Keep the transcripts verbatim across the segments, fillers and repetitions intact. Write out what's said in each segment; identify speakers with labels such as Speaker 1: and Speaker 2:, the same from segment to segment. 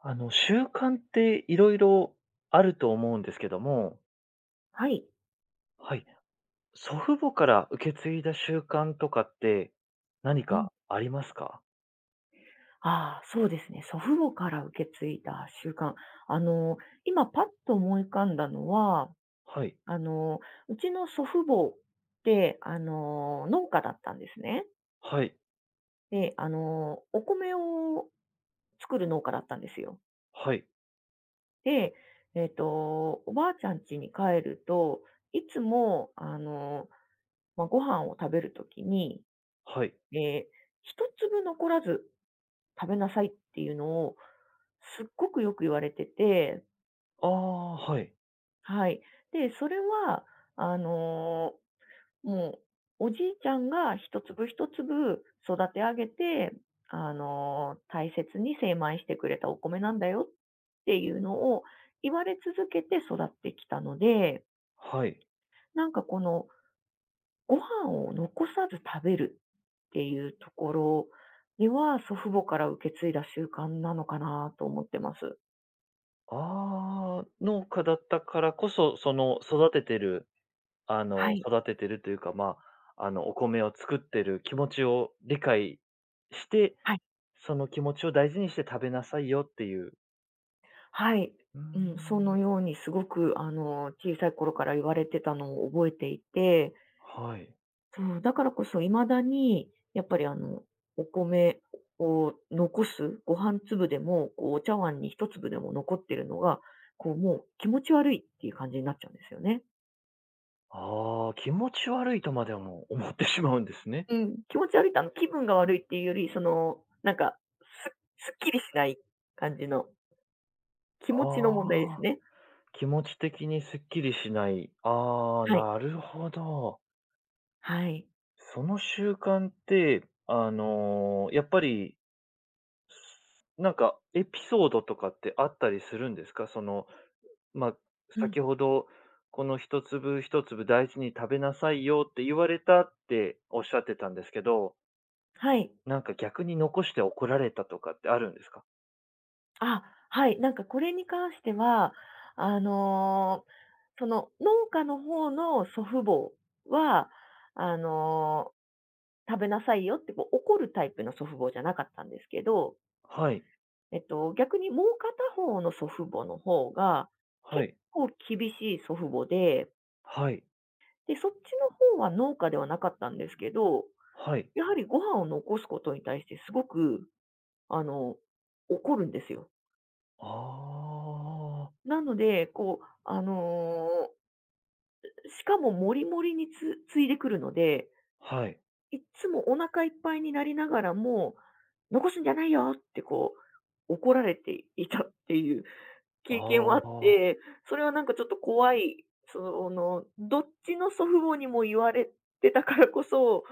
Speaker 1: あの、習慣っていろいろあると思うんですけども、
Speaker 2: はい。
Speaker 1: はい、祖父母から受け継いだ習慣とかって何
Speaker 2: うん。
Speaker 1: かありますか？
Speaker 2: ああ、そうですね。祖父母から受け継いだ習慣。あの、今パッと思い浮かんだのは、
Speaker 1: はい、
Speaker 2: あの、うちの祖父母って、あの、農家だったんですね。
Speaker 1: はい、
Speaker 2: で、あの、お米を作る農家だったんですよ。
Speaker 1: はい、
Speaker 2: で、えっ、と、おばあちゃん家に帰ると、いつも、あの、まあ、ご飯を食べるときに、
Speaker 1: はい。
Speaker 2: えー一粒残らず食べなさいっていうのを、すっごくよく言われてて、
Speaker 1: ああ、はい、
Speaker 2: はい。で、それは、あの、もう、おじいちゃんが一粒一粒育て上げて、あの、大切に精米してくれたお米なんだよっていうのを言われ続けて育ってきたので、
Speaker 1: はい。
Speaker 2: なんかこの、ご飯を残さず食べるっていうところには、祖父母から受け継いだ習慣なのかなと思ってます。
Speaker 1: ああ、農家だったからこそ、その育ててる、あ
Speaker 2: は
Speaker 1: の、
Speaker 2: い。
Speaker 1: 育ててるというか、まあ、あの、お米を作ってる気持ちを理解して、
Speaker 2: はい。
Speaker 1: その気持ちを大事にして食べなさいよっていう。
Speaker 2: はい。
Speaker 1: うー
Speaker 2: うん、そ
Speaker 1: ん、
Speaker 2: のようにすごく、あの、小さい頃から言われてたのを覚えていて、
Speaker 1: はい。
Speaker 2: そう、だからこそ未だに、やっぱりあの、お米を残す、ご飯粒でも、こう、お茶碗に一粒でも残ってるのが、こう、もう気持ち悪いっていう感じになっちゃうんですよね。
Speaker 1: ああ、気持ち悪いとまでも思ってしまうんですね。
Speaker 2: うん。気持ち悪いって、あの、気分が悪いっていうより、その、なんか、すすっきりしない感じの、気持ちの問題です
Speaker 1: ああ、
Speaker 2: ね。
Speaker 1: 気持ち的にすっきりしない。ああ、
Speaker 2: はい。
Speaker 1: なるほど。
Speaker 2: はい。
Speaker 1: その習慣って、あの、やっぱり、なんかエピソードとかってあったりするんですか？その、まあ、
Speaker 2: うん。
Speaker 1: 先ほど、この一粒一粒大事に食べなさいよって言われたっておっしゃってたんですけど、
Speaker 2: はい。
Speaker 1: なんか逆に残して怒られたとかってあるんですか？
Speaker 2: あ、はい。なんかこれに関しては、あの、その農家の方の祖父母は、あの、食べなさいよってこう怒るタイプの祖父母じゃなかったんですけど、
Speaker 1: はい、
Speaker 2: えっと、逆にもう片方の祖父母の方が、
Speaker 1: は
Speaker 2: 結
Speaker 1: い、
Speaker 2: 構厳しい祖父母で、
Speaker 1: はい、
Speaker 2: で、そっちの方は農家ではなかったんですけど、
Speaker 1: はい。
Speaker 2: やはりご飯を残すことに対してすごく、あの、怒るんですよ。
Speaker 1: ああ、
Speaker 2: なので、こう、あのーしかももりもりにつついでくるので、
Speaker 1: はい。
Speaker 2: いっつもお腹いっぱいになりながらも、残すんじゃないよってこう、怒られていたっていう
Speaker 1: あ
Speaker 2: 経験はあっ
Speaker 1: あ、
Speaker 2: て、それはなんかちょっと怖い、その、どっちの祖父母にも言われてたからこそ、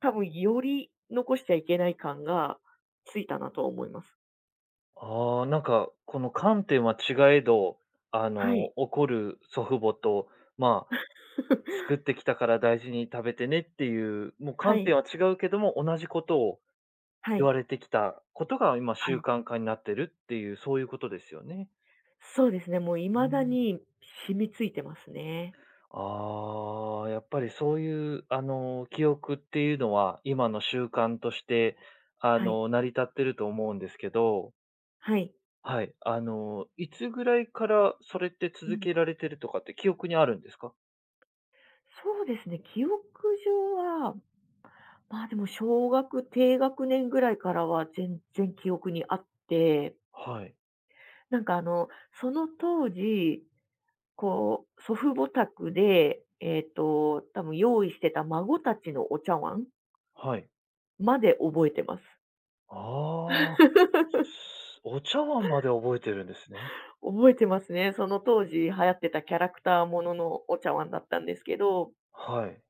Speaker 2: 多分より残しちゃいけない感がついたなとは思います。
Speaker 1: ああ、なんか、この観点は違えど、あ
Speaker 2: は
Speaker 1: の、
Speaker 2: い。
Speaker 1: 怒る祖父母と、まあ、作 ってきたから大事に食べてねっていう、もう
Speaker 2: は
Speaker 1: 観
Speaker 2: い。
Speaker 1: 点は違うけども、同じことを
Speaker 2: は
Speaker 1: 言
Speaker 2: い。
Speaker 1: われてきたことが今
Speaker 2: は
Speaker 1: 習
Speaker 2: い。
Speaker 1: 慣化になってるっていう、そういうことですよね。
Speaker 2: そうですね、もう
Speaker 1: う
Speaker 2: 未だ
Speaker 1: ん。
Speaker 2: に染みついてますね。
Speaker 1: ああ、やっぱりそういう、あの、記憶っていうのは、今の習慣として、あ
Speaker 2: はい。
Speaker 1: の、成り立ってると思うんですけど
Speaker 2: はい。
Speaker 1: はい。あの、いつぐらいからそれって
Speaker 2: う
Speaker 1: 続
Speaker 2: ん。
Speaker 1: けられてるとかって記憶にあるんですか？
Speaker 2: そうですね、記憶上は、まあ、でも小学低学年ぐらいからは全然記憶にあって、
Speaker 1: はい。
Speaker 2: なんかあの、その当時、こう、祖父母宅で、えっと、多分用意してた孫たちのお茶碗
Speaker 1: はい。
Speaker 2: まで覚えてます。
Speaker 1: ああ。お茶碗まで覚えてるんですね。
Speaker 2: 覚えてますね。その当時流行ってたキャラクターもののお茶碗だったんですけど、
Speaker 1: はい。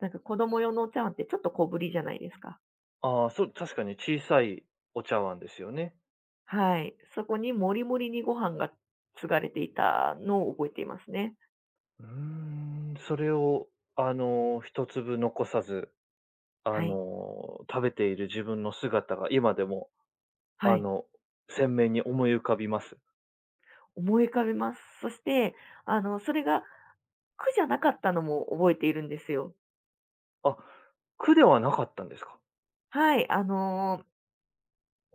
Speaker 2: なんか子供用のお茶碗ってちょっと小ぶりじゃないですか。
Speaker 1: ああ、そう、確かに小さいお茶碗ですよね。
Speaker 2: はい。そこにもりもりにご飯が継がれていたのを覚えていますね。
Speaker 1: うーん、それを、あの、一粒残さず、あ
Speaker 2: はい。
Speaker 1: の、食べている自分の姿が今でも、
Speaker 2: は
Speaker 1: あ
Speaker 2: い。
Speaker 1: の、鮮明に思い浮かびます。
Speaker 2: 思い浮かべます。そして、あの、それが苦じゃなかったのも覚えているんですよ。
Speaker 1: あ、苦ではなかったんですか？
Speaker 2: はい。あの、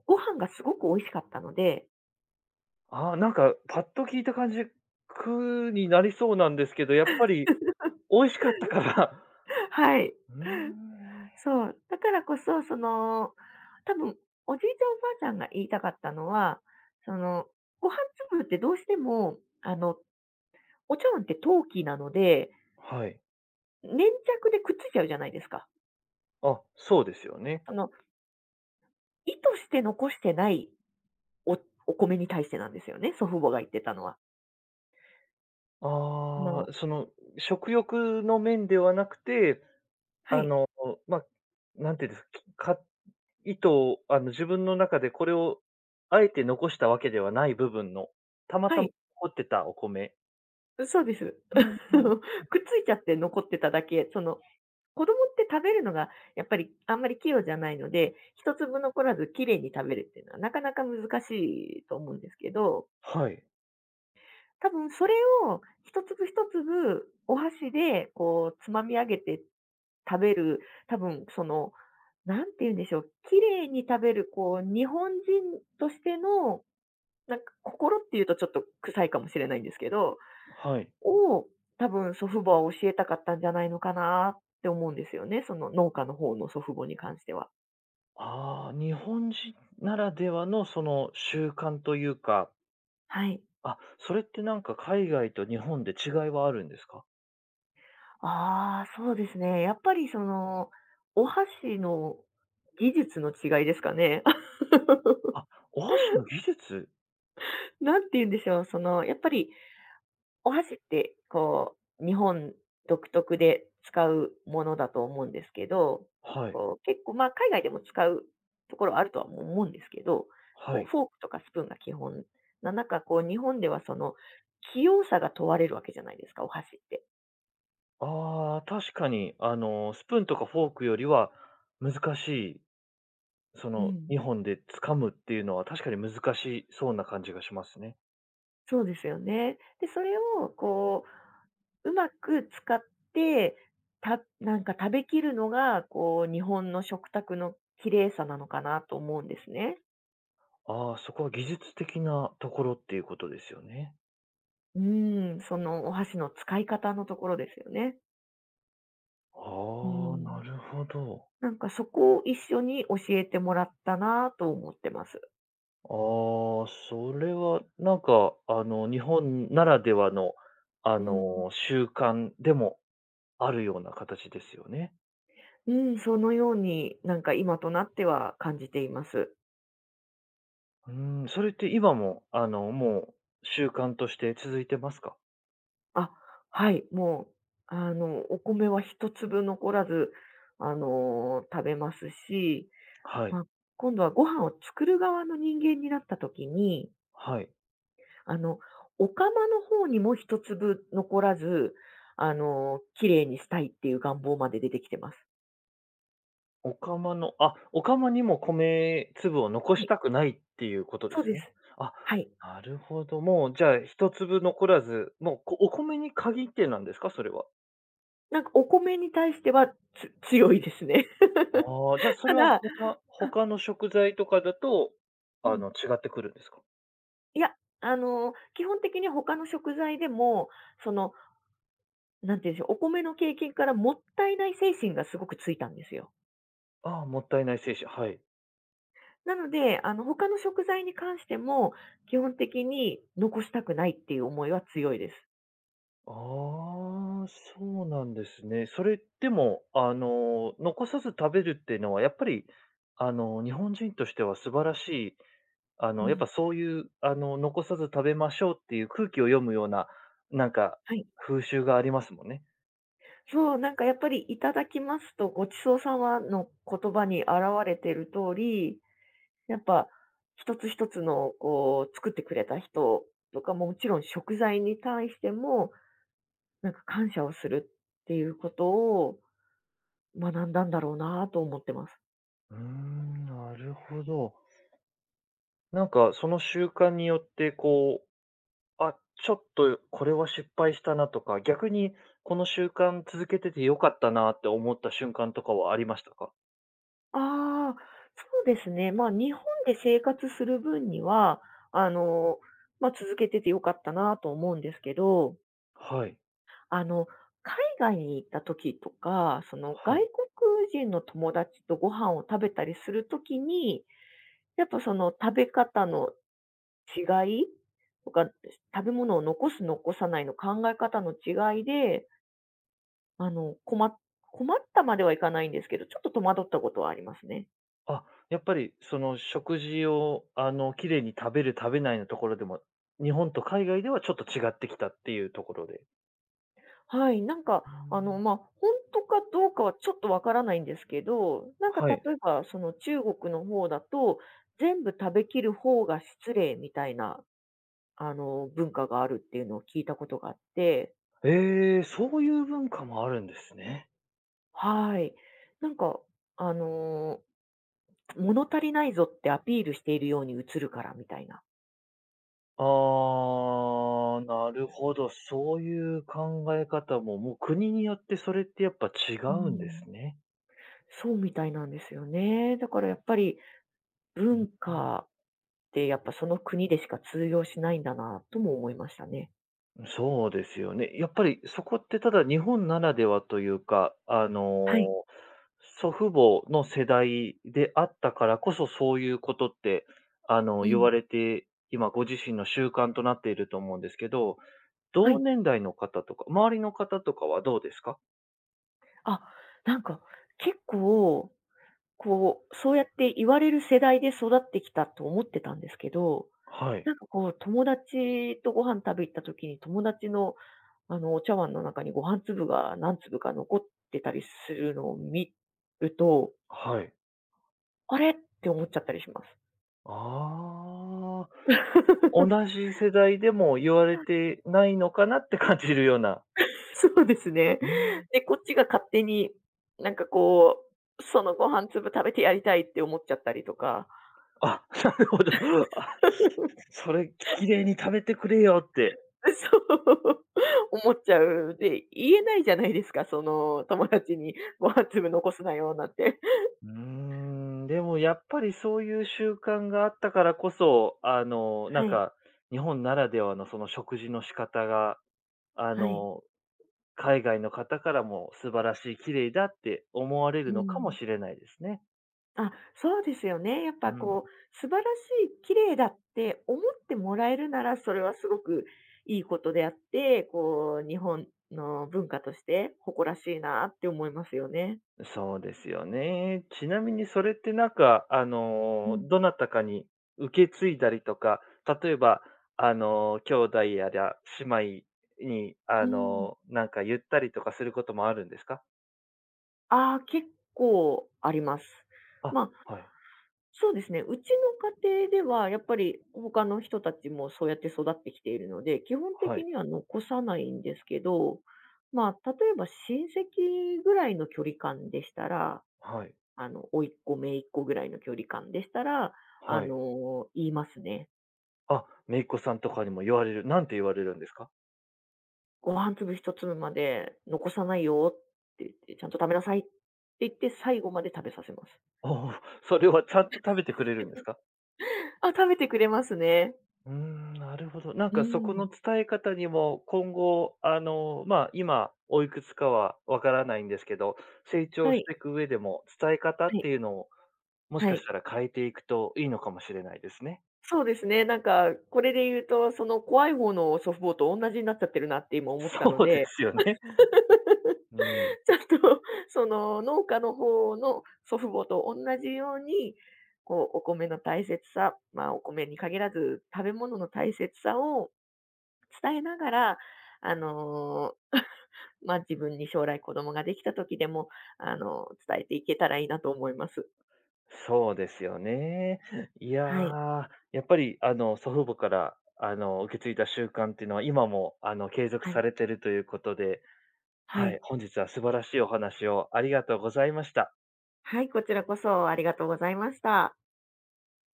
Speaker 2: ご飯がすごく美味しかったので、
Speaker 1: ああ、なんか、パッと聞いた感じ、苦になりそうなんですけど、やっぱり美味しかったから。
Speaker 2: はい。
Speaker 1: うーん。
Speaker 2: そう。だからこそ、その、多分、おじいちゃんおばあちゃんが言いたかったのは、その、ご飯粒ってどうしても、あの、お茶碗って陶器なので、
Speaker 1: はい。
Speaker 2: 粘着でくっついちゃうじゃないですか。
Speaker 1: あ、そうですよね。
Speaker 2: その意図して残してないおお米に対してなんですよね、祖父母が言ってたのは。あ
Speaker 1: あ
Speaker 2: の
Speaker 1: あ、その、食欲の面ではなくて、
Speaker 2: は
Speaker 1: あ
Speaker 2: い、
Speaker 1: の、ま、なんていうんですか、か意図を、あの、自分の中でこれをあえて残したわけではない部分の、たま
Speaker 2: は
Speaker 1: たま
Speaker 2: い、
Speaker 1: 残ってたお米。
Speaker 2: そうです。
Speaker 1: うん、なるほ
Speaker 2: くっついちゃって残ってただけ、その、子供って食べるのがやっぱりあんまり器用じゃないので、一粒残らずきれいに食べるっていうのはなかなか難しいと思うんですけど、
Speaker 1: はい、
Speaker 2: 多分それを一粒一粒お箸でこうつまみ上げてっ食べる、多分その、なんて言うんでしょう、綺麗に食べるこう日本人としての、なんか心っていうとちょっと臭いかもしれないんですけど、
Speaker 1: はい。
Speaker 2: を多分祖父母は教えたかったんじゃないのかなって思うんですよね、その農家の方の祖父母に関しては。
Speaker 1: ああ、日本人ならではのその習慣というか、
Speaker 2: はい。
Speaker 1: あ、それってなんか海外と日本で違いはあるんですか？
Speaker 2: ああ、そうですね。やっぱりその、お箸の技術の違いですかね。
Speaker 1: あ、お箸の技術？
Speaker 2: 何て言うんでしょう、そのやっぱりお箸って、こう、日本独特で使うものだと思うんですけど、
Speaker 1: はい、
Speaker 2: こう、結構、ま、海外でも使うところあるとは思うんですけど、
Speaker 1: は
Speaker 2: こう、
Speaker 1: い。
Speaker 2: フォークとかスプーンが基本な中、こう、日本では、その、器用さが問われるわけじゃないですか、お箸って。
Speaker 1: ああ、確かに、あの、スプーンとかフォークよりは難しい、そ
Speaker 2: う
Speaker 1: の、
Speaker 2: ん。
Speaker 1: にほんで掴むっていうのは確かに難しそうな感じがしますね。
Speaker 2: そうですよね。で、それを、こう、うまく使って、たなんか食べきるのが、こう、日本の食卓の綺麗さなのかなと思うんですね。
Speaker 1: ああ、そこは技術的なところっていうことですよね。
Speaker 2: うーん、そのお箸の使い方のところですよね。う
Speaker 1: ああ、な
Speaker 2: ん。
Speaker 1: るほど。
Speaker 2: なんかそこを一緒に教えてもらったなと思ってます。
Speaker 1: ああ、それはなんか、あの、日本ならではの、あ
Speaker 2: うん。
Speaker 1: の、習慣でもあるような形ですよね。
Speaker 2: うん、そのようになんか今となっては感じています。
Speaker 1: うん、それって今も、あの、もう習慣として続いてますか？
Speaker 2: あ、はい、もう、あの、お米は一粒残らず、あの、食べますし、
Speaker 1: はい、
Speaker 2: まあ、今度はご飯を作る側の人間になった時に
Speaker 1: はい。
Speaker 2: あの、お釜の方にも一粒残らず、あの、綺麗にしたいっていう願望まで出てきてます。
Speaker 1: お釜のあ、お釜にも米粒を残
Speaker 2: は
Speaker 1: し
Speaker 2: い。
Speaker 1: たくないっていうことで
Speaker 2: そう
Speaker 1: す
Speaker 2: で
Speaker 1: よね。
Speaker 2: す。
Speaker 1: あ、
Speaker 2: はい。
Speaker 1: なるほど。もうじゃあ一粒残らず、もう、こお米に限ってなんですか？それは。
Speaker 2: なんかお米に対しては、つ強いですね。
Speaker 1: ああ、じゃあ、そ
Speaker 2: た
Speaker 1: れは
Speaker 2: だ
Speaker 1: また他の食材とかだと、
Speaker 2: う
Speaker 1: あ
Speaker 2: ん。
Speaker 1: の、違ってくるんですか？
Speaker 2: いや、あの、基本的に他の食材でも、その、なんていうんでしょう、お米の経験からもったいない精神がすごくついたんですよ。
Speaker 1: ああ、もったいない精神、はい。
Speaker 2: なので、あの、他の食材に関しても、基本的に残したくないっていう思いは強いです。
Speaker 1: ああ、そうなんですね。それでも、あの、残さず食べるっていうのはやっぱり、あの、日本人としては素晴らしい、あ
Speaker 2: う
Speaker 1: の、やっ
Speaker 2: ん。
Speaker 1: ぱそういう、あの、残さず食べましょうっていう空気を読むような、なんか
Speaker 2: はい。
Speaker 1: 風習がありますもんね。
Speaker 2: そう、なんかやっぱりいただきますと、ごちそうさまの言葉に表れている通り、やっぱ一つ一つのこう作ってくれた人とかも、もちろん食材に対しても、なんか感謝をするっていうことを学んだんだろうなと思ってます。
Speaker 1: うーん、なるほど。なんかその習慣によってこあ、ちょっとこれは失敗したなとか、逆にこの習慣続けてて良かったなって思った瞬間とかはありましたか？
Speaker 2: ああ、そうですね。まあ日本で生活する分には、あの、まあ続けててよかったなと思うんですけど、
Speaker 1: はい。
Speaker 2: あの、海外に行った時とか、その
Speaker 1: は
Speaker 2: 外
Speaker 1: い。
Speaker 2: 国人の友達とご飯を食べたりする時に、やっぱその食べ方の違いとか、食べ物を残す残さないの考え方の違いで、あの、困っ困ったまではいかないんですけど、ちょっと戸惑ったことはありますね。
Speaker 1: あ、やっぱりその食事をあの、綺麗に食べる食べないのところでも、日本と海外ではちょっと違ってきたっていうところで。
Speaker 2: はい、なんか、
Speaker 1: う
Speaker 2: あの、
Speaker 1: ん。
Speaker 2: ま、あ本当かどうかはちょっとわからないんですけど、なんか
Speaker 1: はい。
Speaker 2: 例えばその中国の方だと、全部食べきる方が失礼みたいなあの、文化があるっていうのを聞いたことがあって、
Speaker 1: ええ、そういう文化もあるんですね。
Speaker 2: はい。なんか、あの、物足りないぞってアピールしているように映るからみたいな。
Speaker 1: ああ、なるほど、そういう考え方も、もう国によってそれってやっぱ違
Speaker 2: う
Speaker 1: うんで
Speaker 2: ん。
Speaker 1: すね。
Speaker 2: そうみたいなんですよね。だからやっぱり文
Speaker 1: う
Speaker 2: 化ってやっぱその国でしか通用しないんだなとも思いましたね。
Speaker 1: ん、そうですよね。やっぱりそこってただ日本ならではというか、あ
Speaker 2: はい。
Speaker 1: の、祖父母の世代であったからこそ、そういうことって、あの、
Speaker 2: う
Speaker 1: 言
Speaker 2: ん。
Speaker 1: われて、今ご自身の習慣となっていると思うんですけど、
Speaker 2: は
Speaker 1: 同
Speaker 2: い。
Speaker 1: 年代の方とか、周りの方とかはどうですか？
Speaker 2: あ、なんか結構、こう、そうやって言われる世代で育ってきたと思ってたんですけど、
Speaker 1: はい、
Speaker 2: なんかこう、友達とご飯食べ行った時に、友達の、あの、お茶碗の中にご飯粒が何粒か残ってたりするのを見ると、
Speaker 1: はい。
Speaker 2: あれ？って思っちゃったりします。
Speaker 1: ああ、同 じ世代でも言われてないのかなって感じるような。
Speaker 2: そうですね。で、こっちが勝手に、なんかこう、そのご飯粒食べてやりたいって思っちゃったりとか、
Speaker 1: あ、なるほど。あ、それ綺麗に食べてくれよって。
Speaker 2: そう、思っちゃう。で、言えないじゃないですか、その友達にご飯粒残すなよなんて。
Speaker 1: うーん、でもやっぱりそういう習慣があったからこそ、あの、な
Speaker 2: は
Speaker 1: ん
Speaker 2: い、
Speaker 1: か、日本ならではのその食事の仕方が、あ
Speaker 2: はい。
Speaker 1: の、海外の方からも素晴らしい、綺麗だって思われ
Speaker 2: う
Speaker 1: るのかも
Speaker 2: ん。
Speaker 1: しれないですね。
Speaker 2: あ、そうですよね。やっぱ
Speaker 1: うん。
Speaker 2: こう、素晴らしい、綺麗だって思ってもらえるなら、それはすごくいいことであって、こう、日本の文化として誇らしいなって思いますよね。
Speaker 1: そうですよね。ちなみにそれってなんか、あ
Speaker 2: う
Speaker 1: の、
Speaker 2: ん。
Speaker 1: どなたかに受け継いだりとか、例えば、あの、兄弟やら姉妹に、
Speaker 2: う
Speaker 1: あ
Speaker 2: ん。
Speaker 1: の、なんか言ったりとかすることもあるんですか？
Speaker 2: ああ、結構あります。
Speaker 1: あ、
Speaker 2: ま
Speaker 1: は
Speaker 2: あ、
Speaker 1: い、
Speaker 2: そうですね。うちの家庭では、やっぱり他の人たちもそうやって育ってきているので、基本
Speaker 1: は
Speaker 2: 的
Speaker 1: い、
Speaker 2: には残さないんですけど、まあ、例えば親戚ぐらいの距離感でしたら、
Speaker 1: はい、
Speaker 2: あの、甥っ子、姪っ子ぐらいの距離感でしたら、あ
Speaker 1: はい。
Speaker 2: の、言いますね。
Speaker 1: あ、姪っ子さんとかにも言われる。なんて言われるんですか？
Speaker 2: ご飯粒一粒まで残さないよって言って、ちゃんと食べなさいって言って、最後まで食べさせます。
Speaker 1: おお、それはちゃんと食べてくれるんですか？
Speaker 2: あ、食べてくれますね。
Speaker 1: うーん、なるほど。なん
Speaker 2: う
Speaker 1: かそこの
Speaker 2: ん。
Speaker 1: 伝え方にも、今後、あの、まあ、今おいくつかはわからないんですけど、成長
Speaker 2: は
Speaker 1: し
Speaker 2: い、
Speaker 1: ていく上でも、伝え方
Speaker 2: は
Speaker 1: って
Speaker 2: い、
Speaker 1: いうのを、もし
Speaker 2: は
Speaker 1: か
Speaker 2: い。
Speaker 1: したら変えていくといいのかもしれないですね。
Speaker 2: そうですね、なんか、これで言うと、その怖い方の祖父母と同じになっちゃってるなって今 思った
Speaker 1: そ
Speaker 2: の
Speaker 1: うで
Speaker 2: で
Speaker 1: すよね。うん。
Speaker 2: ちょっと、その、農家の方の祖父母と同じように、こう、お米の大切さ、まあ、お米に限らず、食べ物の大切さを伝えながら、あの、まあ、自分に将来子供ができた時でも、あの、伝えていけたらいいなと思います。
Speaker 1: そうですよね。いや
Speaker 2: はい。
Speaker 1: ー、やっぱり、あの、祖父母から、あの、受け継いだ習慣っていうのは、今も、あの、継続
Speaker 2: はい。
Speaker 1: されてるということで、
Speaker 2: は
Speaker 1: はい、
Speaker 2: い。
Speaker 1: 本日は素晴らしいお話をありがとうございました。
Speaker 2: はい、こちらこそありがとうございました。